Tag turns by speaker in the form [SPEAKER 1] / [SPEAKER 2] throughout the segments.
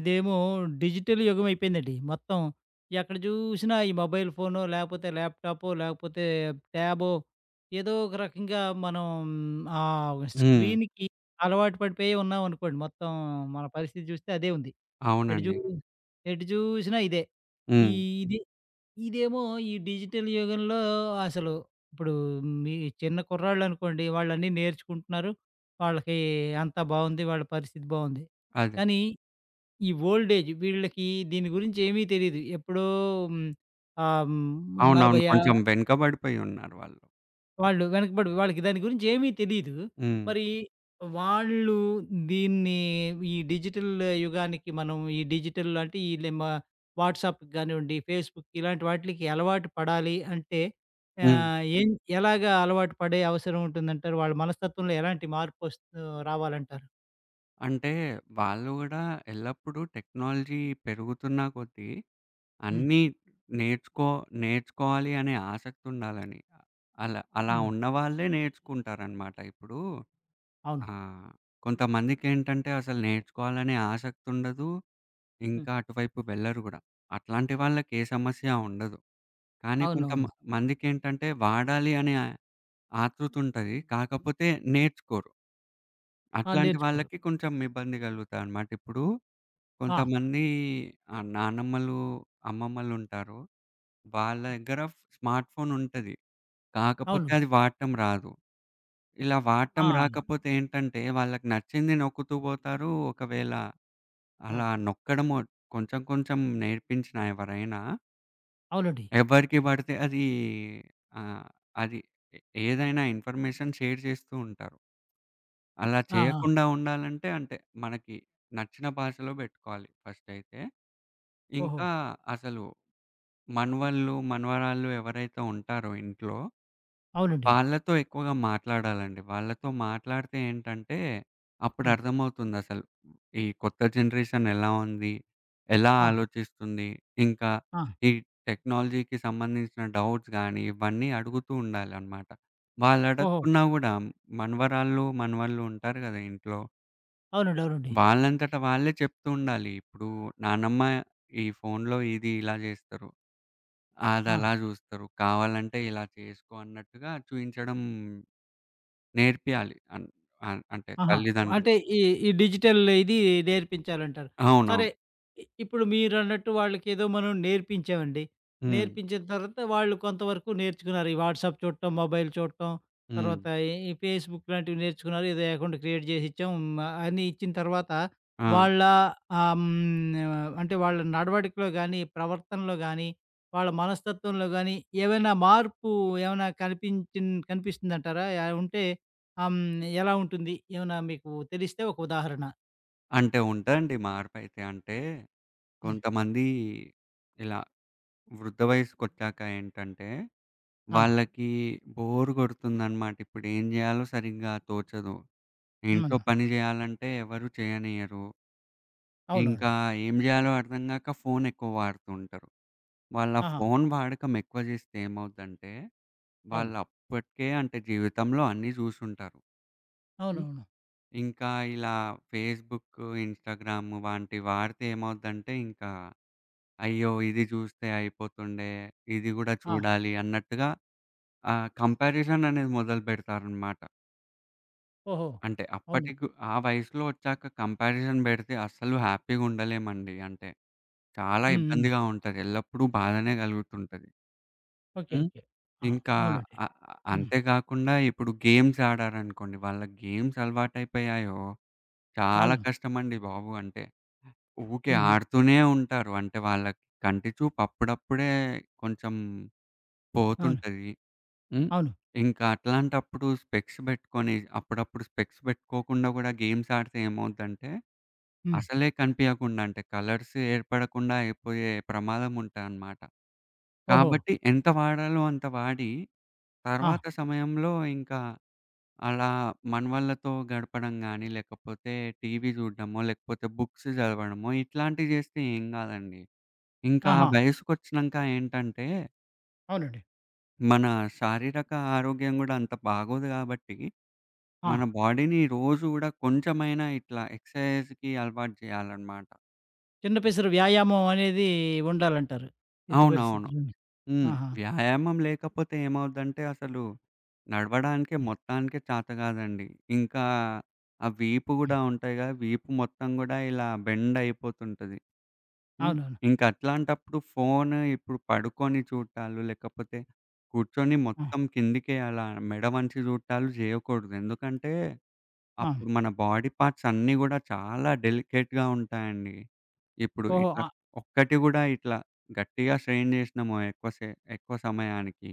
[SPEAKER 1] ఇదేమో డిజిటల్ యుగం అయిపోయిందండి. మొత్తం ఎక్కడ జూసినా ఈ మొబైల్ ఫోనో, లేపోతే ల్యాప్‌టాపో, లేకపోతే ట్యాబో ఏదో ఒక రకంగా మనం ఆ
[SPEAKER 2] హ్మ్.
[SPEAKER 1] స్క్రీన్‌కి అలవాటు పడిపోయి ఉన్నామనుకోండి. మొత్తం మన పరిస్థితి జూస్తే అదే ఉంది. ఎటు జూ
[SPEAKER 2] అవునండి.
[SPEAKER 1] ఎటు జూసినా ఇదే. ఈ
[SPEAKER 2] హ్మ్.
[SPEAKER 1] ఇది ఇదేమో ఈ డిజిటల్ యుగంలో అసలు ఇప్పుడు మీ చిన్న కుర్రాళ్ళనుకోండి, వాళ్ళన్నీ నేర్చుకుంటున్నారు. వాళ్ళకి అంతా బావుంది. వాళ్ళ పరిస్థితి బావుంది.
[SPEAKER 2] అదే.
[SPEAKER 1] కానీ ఈ ఓల్డ్ ఏజ్ వీళ్ళకి దీని గురించి ఏమీ తెలీదు. ఎప్పుడో హ్మ్, ఆహ్,
[SPEAKER 2] అవునవును.
[SPEAKER 1] 40
[SPEAKER 2] కొంచెం వెనుకబడిపోయి ఉన్నారు వాళ్ళు.
[SPEAKER 1] వాళ్ళు వెనకబడి, వాళ్ళకి దాని గురించి ఏమీ తెలీదు.
[SPEAKER 2] హ్మ్.
[SPEAKER 1] మరి వాళ్ళు దీన్ని, ఈ డిజిటల్ యుగానికి, మనం ఈ డిజిటల్ అంటే ఈ వాట్సాప్‌కి కానివ్వండి, ఫేస్‌బుక్ ఇలాంటి వాటిలకి అలవాటు పడాలి అంటే
[SPEAKER 2] హ్మ్.
[SPEAKER 1] ఆహ్, ఏం ఎలాగా అలవాటు పడే అవసరం ఉంటుందంటారు? వాళ్ళ మనస్తత్వంలో ఎలాంటి మార్పు రావాలంటారు?
[SPEAKER 2] అంటే వాళ్ళు గూడా ఎల్లప్పుడూ టెక్నాలజీ పెరుగుతున్న కొద్దీ
[SPEAKER 1] హ్మ్.
[SPEAKER 2] అన్నీ నేర్చుకో నేర్చుకోవాలి అనే ఆసక్తి ఉండాలని. అలా అలా
[SPEAKER 1] హ్మ్.
[SPEAKER 2] ఉన్నవాళ్ళే నేర్చుకుంటారనమాట. ఇప్పుడు
[SPEAKER 1] అవును.
[SPEAKER 2] ఆ! కొంతమందికేంటంటే అసలు నేర్చుకోవాలనే ఆసక్తి ఉండదు.
[SPEAKER 1] హ్మ్.
[SPEAKER 2] ఇంకా అటువైపు వెళ్లరు గూడా. అట్లాంటి వాళ్ళకి ఏ సమస్య ఉండదు. కానీ కొంత మ
[SPEAKER 1] అవునవును.
[SPEAKER 2] మందికేంటంటే వాడాలి అనే ఆతృతుంటది. కాకపోతే నేర్చుకోరు.
[SPEAKER 1] ఆ!
[SPEAKER 2] అట్లాంటి
[SPEAKER 1] నేర్చుకోరు.
[SPEAKER 2] వాళ్ళకి కొంచెం ఇబ్బంది కలుగుతాదనమాట. ఇప్పుడు
[SPEAKER 1] ఆ!
[SPEAKER 2] కొంతమంది నానమ్మలు, అమ్మమ్మలుంటారు. వాళ్ళ దగ్గర స్మార్ట్ ఫోన్ ఉంటది. కాకపోతే
[SPEAKER 1] అవునండి.
[SPEAKER 2] అది వాడటం రాదు. ఇలా వాడటం
[SPEAKER 1] ఆ!
[SPEAKER 2] రాకపోతే ఏంటంటే, వాళ్ళకి నచ్చింది నొక్కుతూ పోతారు. ఒకవేళ
[SPEAKER 1] ఆ!
[SPEAKER 2] అలా నొక్కడము కొంచెం కొంచెం నేర్పించినా ఎవరైనా,
[SPEAKER 1] అవునండి.
[SPEAKER 2] ఎవరికి పడితే అది ఆహ్, అది ఏదైనా ఇన్ఫర్మేషన్ షేర్ చేస్తూ ఉంటారు. అలా
[SPEAKER 1] ఆ! ఆ!
[SPEAKER 2] చేయకుండా ఉండాలంటే అంటే మనకి నచ్చిన భాషలో బెట్టుకోవాలి ఫస్టయితే.
[SPEAKER 1] ఓహో!
[SPEAKER 2] ఇంకా అసలు మనవళ్ళు, మనవరాళ్ళు ఎవరైతే ఉంటారో ఇంట్లో,
[SPEAKER 1] అవునండి.
[SPEAKER 2] వాళ్ళతో ఎక్కువగా మాట్లాడాలండి. వాళ్ళతో మాట్లాడితే ఏంటంటే,
[SPEAKER 1] హ్మ్.
[SPEAKER 2] అప్పుడర్థమవుతుందసలు. ఈ కొత్త జనరేషన్ ఎలా ఉంది? ఎలా
[SPEAKER 1] ఆహా!
[SPEAKER 2] ఆలోచిస్తుంది? ఇంకా
[SPEAKER 1] ఆ!
[SPEAKER 2] ఈ టెక్నాలజీకి సంబంధించిన డౌట్స్ గానీ, ఇవన్నీ అడుగుతూ ఉండాలనమాట.
[SPEAKER 1] ఓహో!
[SPEAKER 2] వాళ్ళడగకున్నా గూడా మనవరాళ్ళు, మనవళ్ళు ఉంటారు గదా ఇంట్లో.
[SPEAKER 1] అవునండి. అవునండి.
[SPEAKER 2] వాళ్ళంతట వాళ్ళే చెప్తూ ఉండాలి. ఇప్పుడు నానమ్మ ఈ ఫోనులో ఇది ఇలా జేస్తరు.
[SPEAKER 1] ఆ!
[SPEAKER 2] అదలా జూస్తరు. కావాలంటే ఇలా చేసుకో అన్నట్టుగా చూయించడం నేర్పియాలి. అన్ అన్ అంటే
[SPEAKER 1] ఆహా! అంటే
[SPEAKER 2] తల్లిదండ్రులు.
[SPEAKER 1] ఈ, ఈ డిజిటల్ ఇది నేర్పించాలంటారు.
[SPEAKER 2] అవునవును.
[SPEAKER 1] సరే, ఇప్పుడు మీరన్నట్టు వాళ్ళకేదో మనం నేర్పించామండి.
[SPEAKER 2] హ్మ్.
[SPEAKER 1] నేర్పించిన తర్వాత వాళ్ళు కొంతవరకు నేర్చుకున్నారు. ఈ వాట్సాప్ చూడటం, మొబైల్ చూడటం,
[SPEAKER 2] హ్మ్.
[SPEAKER 1] తర్వాత ఈ ఈ ఫేస్‌బుక్ లాంటివి నేర్చుకున్నారు. ఏదో అకౌంట్ క్రియేట్ చేసి ఇచ్చాం. అన్నీ ఇచ్చిన తర్వాత
[SPEAKER 2] ఆ!
[SPEAKER 1] వాళ్ళ ఆహ్, హ్మ్, అంటే వాళ్ళ నడవడికలో గానీ, ప్రవర్తనలో గానీ, వాళ్ళ మనస్తత్వంలో గానీ ఏవైనా మార్పు, ఏమైనా కనిపిస్తుందంటారా? ఉంటే ఆహ్, హ్మ్. ఎలా ఉంటుంది? ఏమైనా మీకు తెలిస్తే ఒక ఉదాహరణ?
[SPEAKER 2] అంటే ఉంటదండి మార్పయితే. అంటే
[SPEAKER 1] హ్మ్.
[SPEAKER 2] కొంతమంది ఇలా వృద్ధ వయసుకొచ్చాక ఏంటంటే,
[SPEAKER 1] అవును.
[SPEAKER 2] వాళ్ళకి బోర్ గొడుతుందనమాట. ఇప్పుడేం జేయాలో సరిగ్గా తోచదు. ఇంట్లో
[SPEAKER 1] హ్మ్.
[SPEAKER 2] పని జేయాలంటే ఎవరు చేయనియ్యరు. ఇంకా
[SPEAKER 1] అవునండి.
[SPEAKER 2] ఏం జేయాలో అర్థం గాక ఫోన్ ఎక్కువ వాడుతూ ఉంటారు. వాళ్ళ
[SPEAKER 1] ఆహా!
[SPEAKER 2] ఫోన్ వాడకం ఎక్కువ జేస్తే ఏమవుద్దంటే,
[SPEAKER 1] అవును.
[SPEAKER 2] వాళ్ళు అప్పటికే అంటే జీవితంలో అన్నీ జూసుంటారు. హ్మ్.
[SPEAKER 1] అవునవును.
[SPEAKER 2] ఇంకా ఇలా ఫేస్‌బుక్, ఇన్‌స్టాగ్రామ్ వంటి వాడితే ఏమవుద్దంటే ఇంకా అయ్యో! ఇది జూస్తే అయిపోతుండే, ఇది గూడా
[SPEAKER 1] ఆ!
[SPEAKER 2] చూడాలి అన్నట్టుగా కంపారిజన్ అనేది మొదలుపెడతారనమాట.
[SPEAKER 1] ఓహో!
[SPEAKER 2] అంటే
[SPEAKER 1] అవును.
[SPEAKER 2] అప్పటికి ఆ వయసులో ఒచ్చాక కంపారిజన్ బెడితే అస్సలు హ్యాపీ‌గుండలేమండి. అంటే చాలా
[SPEAKER 1] హ్మ్. హ్మ్.
[SPEAKER 2] ఇబ్బందిగా ఉంటది. ఎల్లప్పుడూ బాధనే కలుగుతుంటది.
[SPEAKER 1] ఓకే.
[SPEAKER 2] హ్మ్.
[SPEAKER 1] ఓకే. ఆ!
[SPEAKER 2] ఇంకా
[SPEAKER 1] అవునండి.
[SPEAKER 2] అ అ
[SPEAKER 1] హ్మ్.
[SPEAKER 2] అంతేగాకుండా ఇప్పుడు గేమ్స్ ఆడారనుకోండి. వాళ్ళకి గేమ్స్ అలవాటైపోయాయో చాలా
[SPEAKER 1] అవును.
[SPEAKER 2] కష్టమండి బాబు. అంటే ఊకే
[SPEAKER 1] హుహు.
[SPEAKER 2] ఆడుతూనే ఉంటారు. అంటే వాళ్ళకి కంటి చూపు అప్పుడప్పుడే కొంచెం
[SPEAKER 1] అవును.
[SPEAKER 2] పోతుంటది. హ్మ్.
[SPEAKER 1] అవును.
[SPEAKER 2] ఇంకా అట్లాంటప్పుడు స్పెక్స్ పెట్టుకొని అప్పుడప్పుడు స్పెక్స్ పెట్టుకోకుండా కూడా గేమ్స్ ఆడితే ఏమవుద్దంటే
[SPEAKER 1] హ్మ్.
[SPEAKER 2] అసలే కనిపియకుండా అంటే కలర్స్ ఏర్పడకుండా అయిపోయే ప్రమాదం ఉంటాదన్నమాట.
[SPEAKER 1] ఓహో!
[SPEAKER 2] కాబట్టి ఎంత వాడాలో అంత వాడి,
[SPEAKER 1] ఆ!
[SPEAKER 2] తర్వాత సమయంలో ఇంకా అలా మనవళ్ళతో గడపడం గానీ, లేకపోతే టీవీ చూడడమో, లేకపోతే బుక్స్ చదవడమో ఇట్లాంటివి చేస్తే ఏం కాదండి. ఇంకా ఆ
[SPEAKER 1] ఆహా!
[SPEAKER 2] వయసుకొచ్చినంక ఏంటంటే,
[SPEAKER 1] అవునండి.
[SPEAKER 2] మన శారీరక ఆరోగ్యం గూడా అంత బాగోదు కాబట్టి, మన
[SPEAKER 1] ఆ!
[SPEAKER 2] బాడీని రోజు గూడా కొంచెమైనా ఇట్లా ఎక్సర్‌సైజ్‌కి అలవాటు చేయాలన్నమాట.
[SPEAKER 1] చిన్న పెసరు వ్యాయామం అనేది ఉండాలంటారు. ఎట్టి
[SPEAKER 2] అవునవును.
[SPEAKER 1] పరిస్థితుల్లోను.
[SPEAKER 2] హ్మ్.
[SPEAKER 1] ఆహా!
[SPEAKER 2] వ్యాయామం లేకపోతే ఏమవుద్దంటే అసలు నడవడానికే
[SPEAKER 1] హ్మ్.
[SPEAKER 2] మొత్తానికే చాత కాదండి. ఇంకా ఆ వీపు గూడా
[SPEAKER 1] హ్మ్.
[SPEAKER 2] ఉంటాయి గదా! వీపు మొత్తం గూడా ఇలా బెండ్ అయిపోతుంటది. హ్మ్.
[SPEAKER 1] అవునవును.
[SPEAKER 2] ఇంక అట్లాంటప్పుడు ఫోను ఇప్పుడు పడుకొని చూట్టాలు, లేకపోతే కూర్చొని
[SPEAKER 1] ఆ!
[SPEAKER 2] మొత్తం కిందికే అలా మెడ వంచి చూట్టాలు జేయకూడదు. ఎందుకంటే
[SPEAKER 1] ఆ!
[SPEAKER 2] అప్పుడు మన బాడీ పార్ట్స్ అన్నీ గూడా చాలా డెలికేట్‌గా ఉంటాయండి. ఇప్పుడు
[SPEAKER 1] ఓహో!
[SPEAKER 2] ఇట్లా
[SPEAKER 1] ఆ!
[SPEAKER 2] ఒక్కటి గూడా ఇట్లా గట్టిగా స్ట్రెయిన్ జేసినామో ఎక్కువ సమయానికి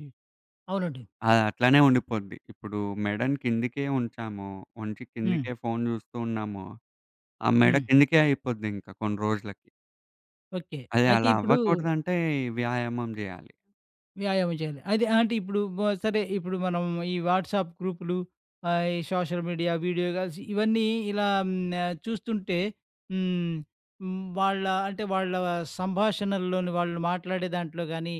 [SPEAKER 1] అవునండి.
[SPEAKER 2] అది అట్లనే ఉండిపోద్ది. ఇప్పుడు మెడని కిందికే ఉంచామో, ఉంచి
[SPEAKER 1] హ్మ్.
[SPEAKER 2] కిందికే ఫోను జూస్తూ ఉన్నామో, ఆ మెడ
[SPEAKER 1] హ్మ్.
[SPEAKER 2] కిందికే అయిపోద్దింక కొన్ని రోజులకి.
[SPEAKER 1] ఓకే.
[SPEAKER 2] అది
[SPEAKER 1] అయితే
[SPEAKER 2] అలా
[SPEAKER 1] ఇప్పుడు
[SPEAKER 2] అవ్వకూడదంటే ఈ వ్యాయామం జేయాలి.
[SPEAKER 1] వ్యాయామం చేయాలి. అది అంటే ఇప్పుడు మ సరే ఇప్పుడు మనం ఈ వాట్సాప్ గ్రూపులు, ఈ సోషల్ మీడియా, వీడియో కాల్స్ ఇవన్నీ ఇలా చూస్తుంటే, హ్మ్, హ్మ్, వాళ్ళ సంభాషణల్లోని వాళ్ళు మాట్లాడే దాంట్లో గానీ,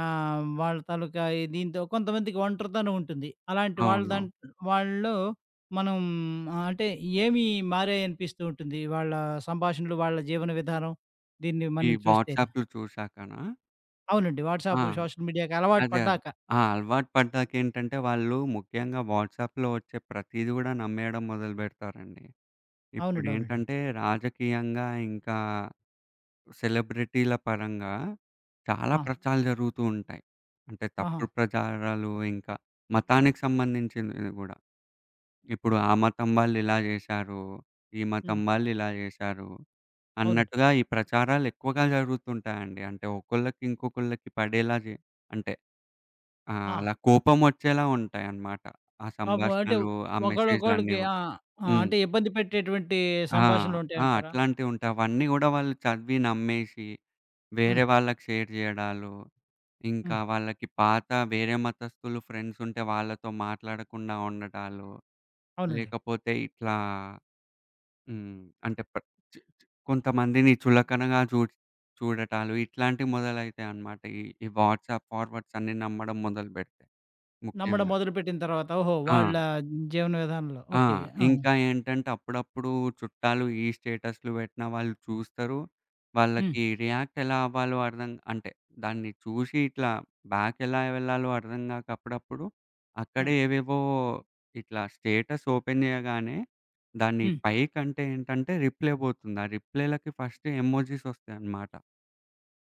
[SPEAKER 1] వాళ్ళ తాలూకా ఈ దీంతో కొంతమందికి ఒంటరితనం ఉంటుంది. అలాంటి వాళ్ళ
[SPEAKER 2] అవును.
[SPEAKER 1] వాళ్ళలో మనం అంటే ఏమి మారాయనిపిస్తూ ఉంటుంది. వాళ్ళ సంభాషణలు, వాళ్ళ జీవన విధానం దీన్ని
[SPEAKER 2] ఈ
[SPEAKER 1] మనం చూస్తేను.
[SPEAKER 2] వాట్సాప్‌లు చూసాకనా?
[SPEAKER 1] అవునండి.
[SPEAKER 2] ఆ!
[SPEAKER 1] వాట్సాపు, సోషల్ మీడియాకి అలవాటు
[SPEAKER 2] అదే.
[SPEAKER 1] పడ్డాక.
[SPEAKER 2] ఆ! అలవాటు పడ్డాకేంటంటే వాళ్ళు ముఖ్యంగా వాట్సాప్‌లో వచ్చే ప్రతీది గూడా నమ్మేయడం మొదలుపెడతారండి.
[SPEAKER 1] అవునండి. అవునండి.
[SPEAKER 2] ఇప్పుడేంటంటే రాజకీయంగా, ఇంకా సెలబ్రిటీల పరంగా చాలా
[SPEAKER 1] ఆ!
[SPEAKER 2] ప్రచారాలు జరుగుతూ ఉంటాయి. అంటే
[SPEAKER 1] ఆహా!
[SPEAKER 2] తప్పుడు ప్రచారాలు ఇంకా మతానికి సంబంధించినవి గూడా. ఇప్పుడు ఆ మతం వాళ్ళు ఇలా జేశారు, ఈ మతం
[SPEAKER 1] హ్మ్.
[SPEAKER 2] వాళ్ళు ఇలా జేశారు
[SPEAKER 1] అవునండి.
[SPEAKER 2] అన్నట్టుగా ఈ ప్రచారాలు ఎక్కువగా జరుగుతుంటాయండి. అంటే ఒకళ్ళకి ఇంకొకళ్ళకి పడేలా అంటే ఆ! అలా
[SPEAKER 1] ఆ!
[SPEAKER 2] కోపమొచ్చేలా ఉంటాయన్నమాట. ఆ
[SPEAKER 1] పాపం, అంటే
[SPEAKER 2] సంభాషణలు, ఆ మెసేజ్‌లన్నీ
[SPEAKER 1] ఒకళ్ళకొకళ్ళకి
[SPEAKER 2] గూడా.
[SPEAKER 1] ఆ! ఆ!
[SPEAKER 2] హ్మ్.
[SPEAKER 1] అంటే ఇబ్బంది పెట్టేటువంటి
[SPEAKER 2] ఆ!
[SPEAKER 1] సంభాషణలు
[SPEAKER 2] ఆ!
[SPEAKER 1] ఉంటాయంటారా?
[SPEAKER 2] అట్లాంటివుంటాయి. అవన్నీ గూడా వాళ్ళు చదివి నమ్మేసి,
[SPEAKER 1] హ్మ్.
[SPEAKER 2] వేరే వాళ్ళకి షేర్ జేయడాలు, ఇంకా
[SPEAKER 1] హ్మ్.
[SPEAKER 2] వాళ్ళకి వేరే మతస్థులు ఫ్రెండ్సుంటే వాళ్ళతో మాట్లాడకుండా ఉండడాలు,
[SPEAKER 1] అవునండి.
[SPEAKER 2] లేకపోతే ఇట్లా హ్మ్. అంటే ప్ర చి చి కొంతమందిని చులకనగా చూడటాలు, ఇట్లాంటివి మొదలైతాయన్నమాట. ఈ ఈ వాట్సాప్ ఫార్వర్డ్స్ అన్నీ నమ్మడం మొదలుపెడితే
[SPEAKER 1] నమ్మడం
[SPEAKER 2] ముఖ్యంగా.
[SPEAKER 1] మొదలుపెట్టిన తర్వాత, ఓహో,
[SPEAKER 2] ఆ!
[SPEAKER 1] వాళ్ళ జీవన విధానంలో.
[SPEAKER 2] ఆ!
[SPEAKER 1] ఓకే. ఆ!
[SPEAKER 2] ఇంకా ఏంటంటే అప్పుడప్పుడు చుట్టాలు ఈ స్టేటస్‌లు పెట్టిన వాళ్ళు చూస్తారు.
[SPEAKER 1] హ్మ్.
[SPEAKER 2] వాళ్ళకి రియాక్ట్ ఎలా అవ్వాలో అర్థం అంటే దాన్ని చూసి ఇట్లా బ్యాక్ ఎలా వెళ్ళాలో అర్థం గాక అప్పుడప్పుడు అక్కడే
[SPEAKER 1] హ్మ్.
[SPEAKER 2] ఏవేవో ఇట్లా స్టేటస్ ఓపెన్ చేయగానే దాన్ని
[SPEAKER 1] హ్మ్.
[SPEAKER 2] పైకంటే ఏంటంటే రిప్లై పోతుంది. ఆ రిప్లైలకి ఫస్ట్ ఎమోజిస్ వస్తాయన్నమాట.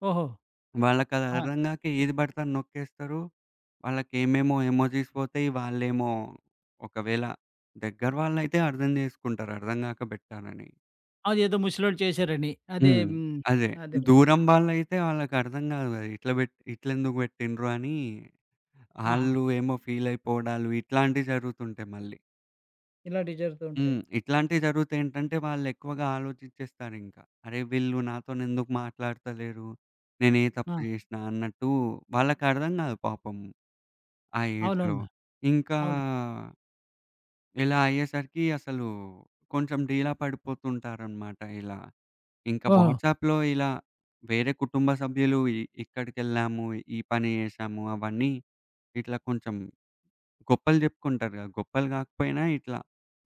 [SPEAKER 1] ఓహో!
[SPEAKER 2] వాళ్ళకది
[SPEAKER 1] ఆ!
[SPEAKER 2] అర్థం గాక ఏది బడితే అది నొక్కేస్తారు. వాళ్ళకేమేమో ఎమోజీస్ పోతాయి. వాళ్ళేమో ఒకవేళ దగ్గర వాళ్ళైతే అర్థం జేసుకుంటారు అర్థం గాక బెట్టానని.
[SPEAKER 1] అదేదో ముసలోళ్ళు చేశారని. అదే.
[SPEAKER 2] హ్మ్.
[SPEAKER 1] హ్మ్.
[SPEAKER 2] అదే.
[SPEAKER 1] అదేలే.
[SPEAKER 2] దూరం వాళ్ళైతే వాళ్ళకర్థం గాదు గదా! ఇట్లా ఇట్లెందుకు బెట్టిండ్రు అని
[SPEAKER 1] ఆహా!
[SPEAKER 2] ఆళ్ళు ఏమో ఫీలయిపోవడాలు ఇట్లాంటివి జరుగుతుంటాయి మళ్ళీ.
[SPEAKER 1] ఇలాంటివి జరుగుతూ ఉంటాయి.
[SPEAKER 2] హ్మ్. ఇట్లాంటివి జరుగుతే ఏంటంటే వాళ్ళెక్కువగా ఆలోచించేస్తారింక. అరే! వీళ్ళు నాతోనెందుకు మాట్లాడతలేరు? నేనే తప్పు
[SPEAKER 1] ఆ!
[SPEAKER 2] జేసినా అన్నట్టు వాళ్ళకర్థం గాదు పాపం. ఆ ఏజ్‌లో.
[SPEAKER 1] అవునవును.
[SPEAKER 2] ఇంకా
[SPEAKER 1] అవును.
[SPEAKER 2] ఇలా అయ్యేసరికి అసలు కొంచెం డీలా పడిపోతుంటారనమాట ఇలా. ఇంకా
[SPEAKER 1] ఓహో!
[SPEAKER 2] వాట్సాప్‌లో ఇలా వేరే కుటుంబ సభ్యులు ఇక్కడికెళ్ళాము, ఈ పని చేశాము అవన్నీ ఇట్లా కొంచెం గొప్పలు చెప్పుకుంటారు కదా! గొప్పలు కాకపోయినా ఇట్లా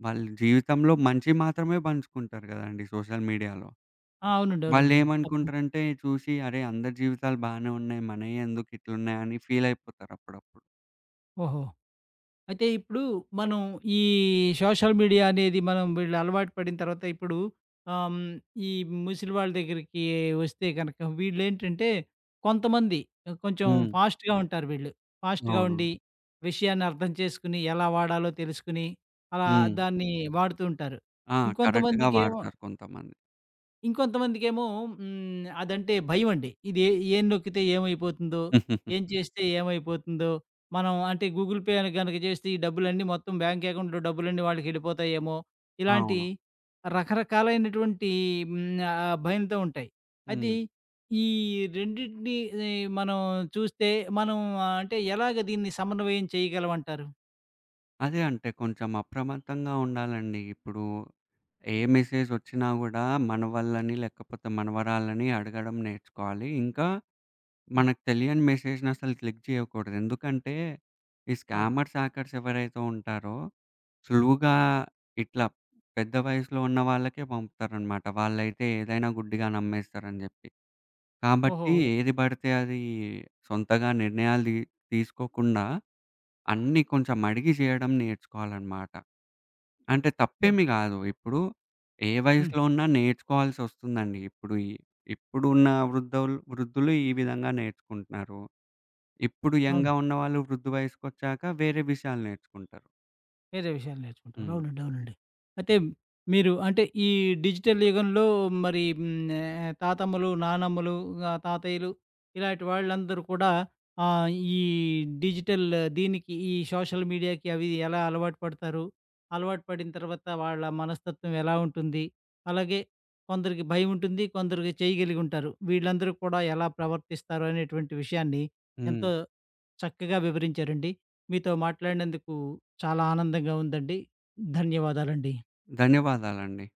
[SPEAKER 2] వాళ్ళ జీవితంలో మంచి మాత్రమే పంచుకుంటారు కదండీ సోషల్ మీడియాలో.
[SPEAKER 1] ఆ! అవునండి. అవునండి. తప్పని
[SPEAKER 2] వాళ్ళేమనుకుంటారంటే చూసి అరే! అందరి జీవితాలు బానే ఉన్నాయి. మనయి ఎందుకు ఇట్లున్నాయని ఫీల్ అయిపోతారు అప్పుడప్పుడు.
[SPEAKER 1] ఓహో! అయితే ఇప్పుడు మనం ఈ సోషల్ మీడియా అనేది, మనం వీళ్ళు అలవాటు పడిన తర్వాత, ఇప్పుడు ఆమ్, ఈ ముసలి వాళ్ళ దగ్గరికి వస్తే కనుక, వీళ్ళు ఏంటంటే కొంతమంది కొంచెం
[SPEAKER 2] హ్మ్.
[SPEAKER 1] ఫాస్ట్‌గా ఉంటారు వీళ్ళు. ఫాస్ట్‌గా
[SPEAKER 2] అవును.
[SPEAKER 1] ఉండి విషయాన్ని అర్థం చేసుకుని, ఎలా వాడాలో తెలుసుకుని, అలా
[SPEAKER 2] హ్మ్.
[SPEAKER 1] దాన్ని వాడుతూ ఉంటారు.
[SPEAKER 2] ఆ! కరెక్ట్‌గా
[SPEAKER 1] ఇంకొంతమందికేమో
[SPEAKER 2] వాడతారు కొంతమంది.
[SPEAKER 1] ఇంకొంతమందికేమో అదంటే భయమండి. ఇది ఏం నొక్కితే ఏమైపోతుందో? ఏం చేస్తే ఏమైపోతుందో? మనం అంటే గూగుల్ పే గనక చేస్తే ఈ డబ్బులన్నీ, మొత్తం బ్యాంక్ అకౌంట్‌లో డబ్బులన్నీ వాళ్ళకెళ్ళిపోతాయేమో? ఇలాంటి
[SPEAKER 2] అవును.
[SPEAKER 1] రకరకాలైనటువంటి హ్మ్. భయంతో ఉంటాయి. అయితే
[SPEAKER 2] హ్మ్.
[SPEAKER 1] ఈ రెండిటిని మనం చూస్తే, మనం అంటే ఎలాగ దీన్ని సమన్వయం చేయగలమంటారు?
[SPEAKER 2] అదే అంటే కొంచెం అప్రమత్తంగా ఉండాలండి. ఇప్పుడు ఏ మెసేజ్ వచ్చినా గూడా మనవళ్ళని లేకపోతే మనవరాళ్ళని అడగడం నేర్చుకోవాలి. ఇంకా
[SPEAKER 1] హ్మ్.
[SPEAKER 2] మనకు తెలియని మెసేజ్‌ని అసలు క్లిక్ చేయకూడదు. ఎందుకంటే ఈ
[SPEAKER 1] అవును.
[SPEAKER 2] స్కామర్స్, హ్యాకర్స్ ఎవరైతే ఉంటారో సులువుగా ఇట్లా పెద్ద వయసులో ఉన్న వాళ్ళకే పంపుతారనమాట. వాళ్ళైతే ఏదైనా గుడ్డిగా నమ్మేస్తారని జెప్పి. కాబట్టి
[SPEAKER 1] ఓహోహో!
[SPEAKER 2] ఏది పడితే అది సొంతగా నిర్ణయాలు తీసుకోకుండా అన్నీ కొంచెం అడిగి చేయడం నేర్చుకోవాలనమాట. అంటే
[SPEAKER 1] ఓహ్!
[SPEAKER 2] తప్పేమి గాదు. ఇప్పుడు ఏ
[SPEAKER 1] హ్మ్.
[SPEAKER 2] వయసులో ఉన్నా నేర్చుకోవాల్సొస్తుందండి. ఇప్పుడు ఈ ఇప్పుడున్న వృద్ధోల్ వృద్ధులు వృద్ధులు ఈ విధంగా నేర్చుకుంటున్నారు. ఇప్పుడు యంగ్‌గా
[SPEAKER 1] అవును.
[SPEAKER 2] ఉన్నవాళ్ళు వృద్ధు వయసుకొచ్చాక వేరే విషయాలు నేర్చుకుంటారు.
[SPEAKER 1] వేరే విషయాలు నేర్చుకుంటారు.
[SPEAKER 2] హ్మ్.
[SPEAKER 1] అవునండి. అవునండి. అయితే మీరు అంటే ఈ డిజిటల్ యుగంలో మరి తాతమ్మలు, నానమ్మలు, తాతయ్యలు ఇలాంటి వాళ్ళందరూ కూడా ఆహ్, ఈ డిజిటల్ దీనికి, ఈ సోషల్ మీడియాకి అవి ఎలా అలవాటు పడతారు? అలవాటు పడిన తర్వాత వాళ్ళ మనస్తత్వం ఎలా ఉంటుంది? అలాగే కొందరికి భయం ఉంటుంది, కొందరికి చేయగలిగి ఉంటారు. వీళ్ళందరూ కూడా ఎలా ప్రవర్తిస్తారు అనేటువంటి విషయాన్ని
[SPEAKER 2] హ్మ్.
[SPEAKER 1] ఎంతో చక్కగా వివరించారండి. మీతో మాట్లాడినందుకు చాలా ఆనందంగా ఉందండి. ధన్యవాదాలండి.
[SPEAKER 2] ధన్యవాదాలండి.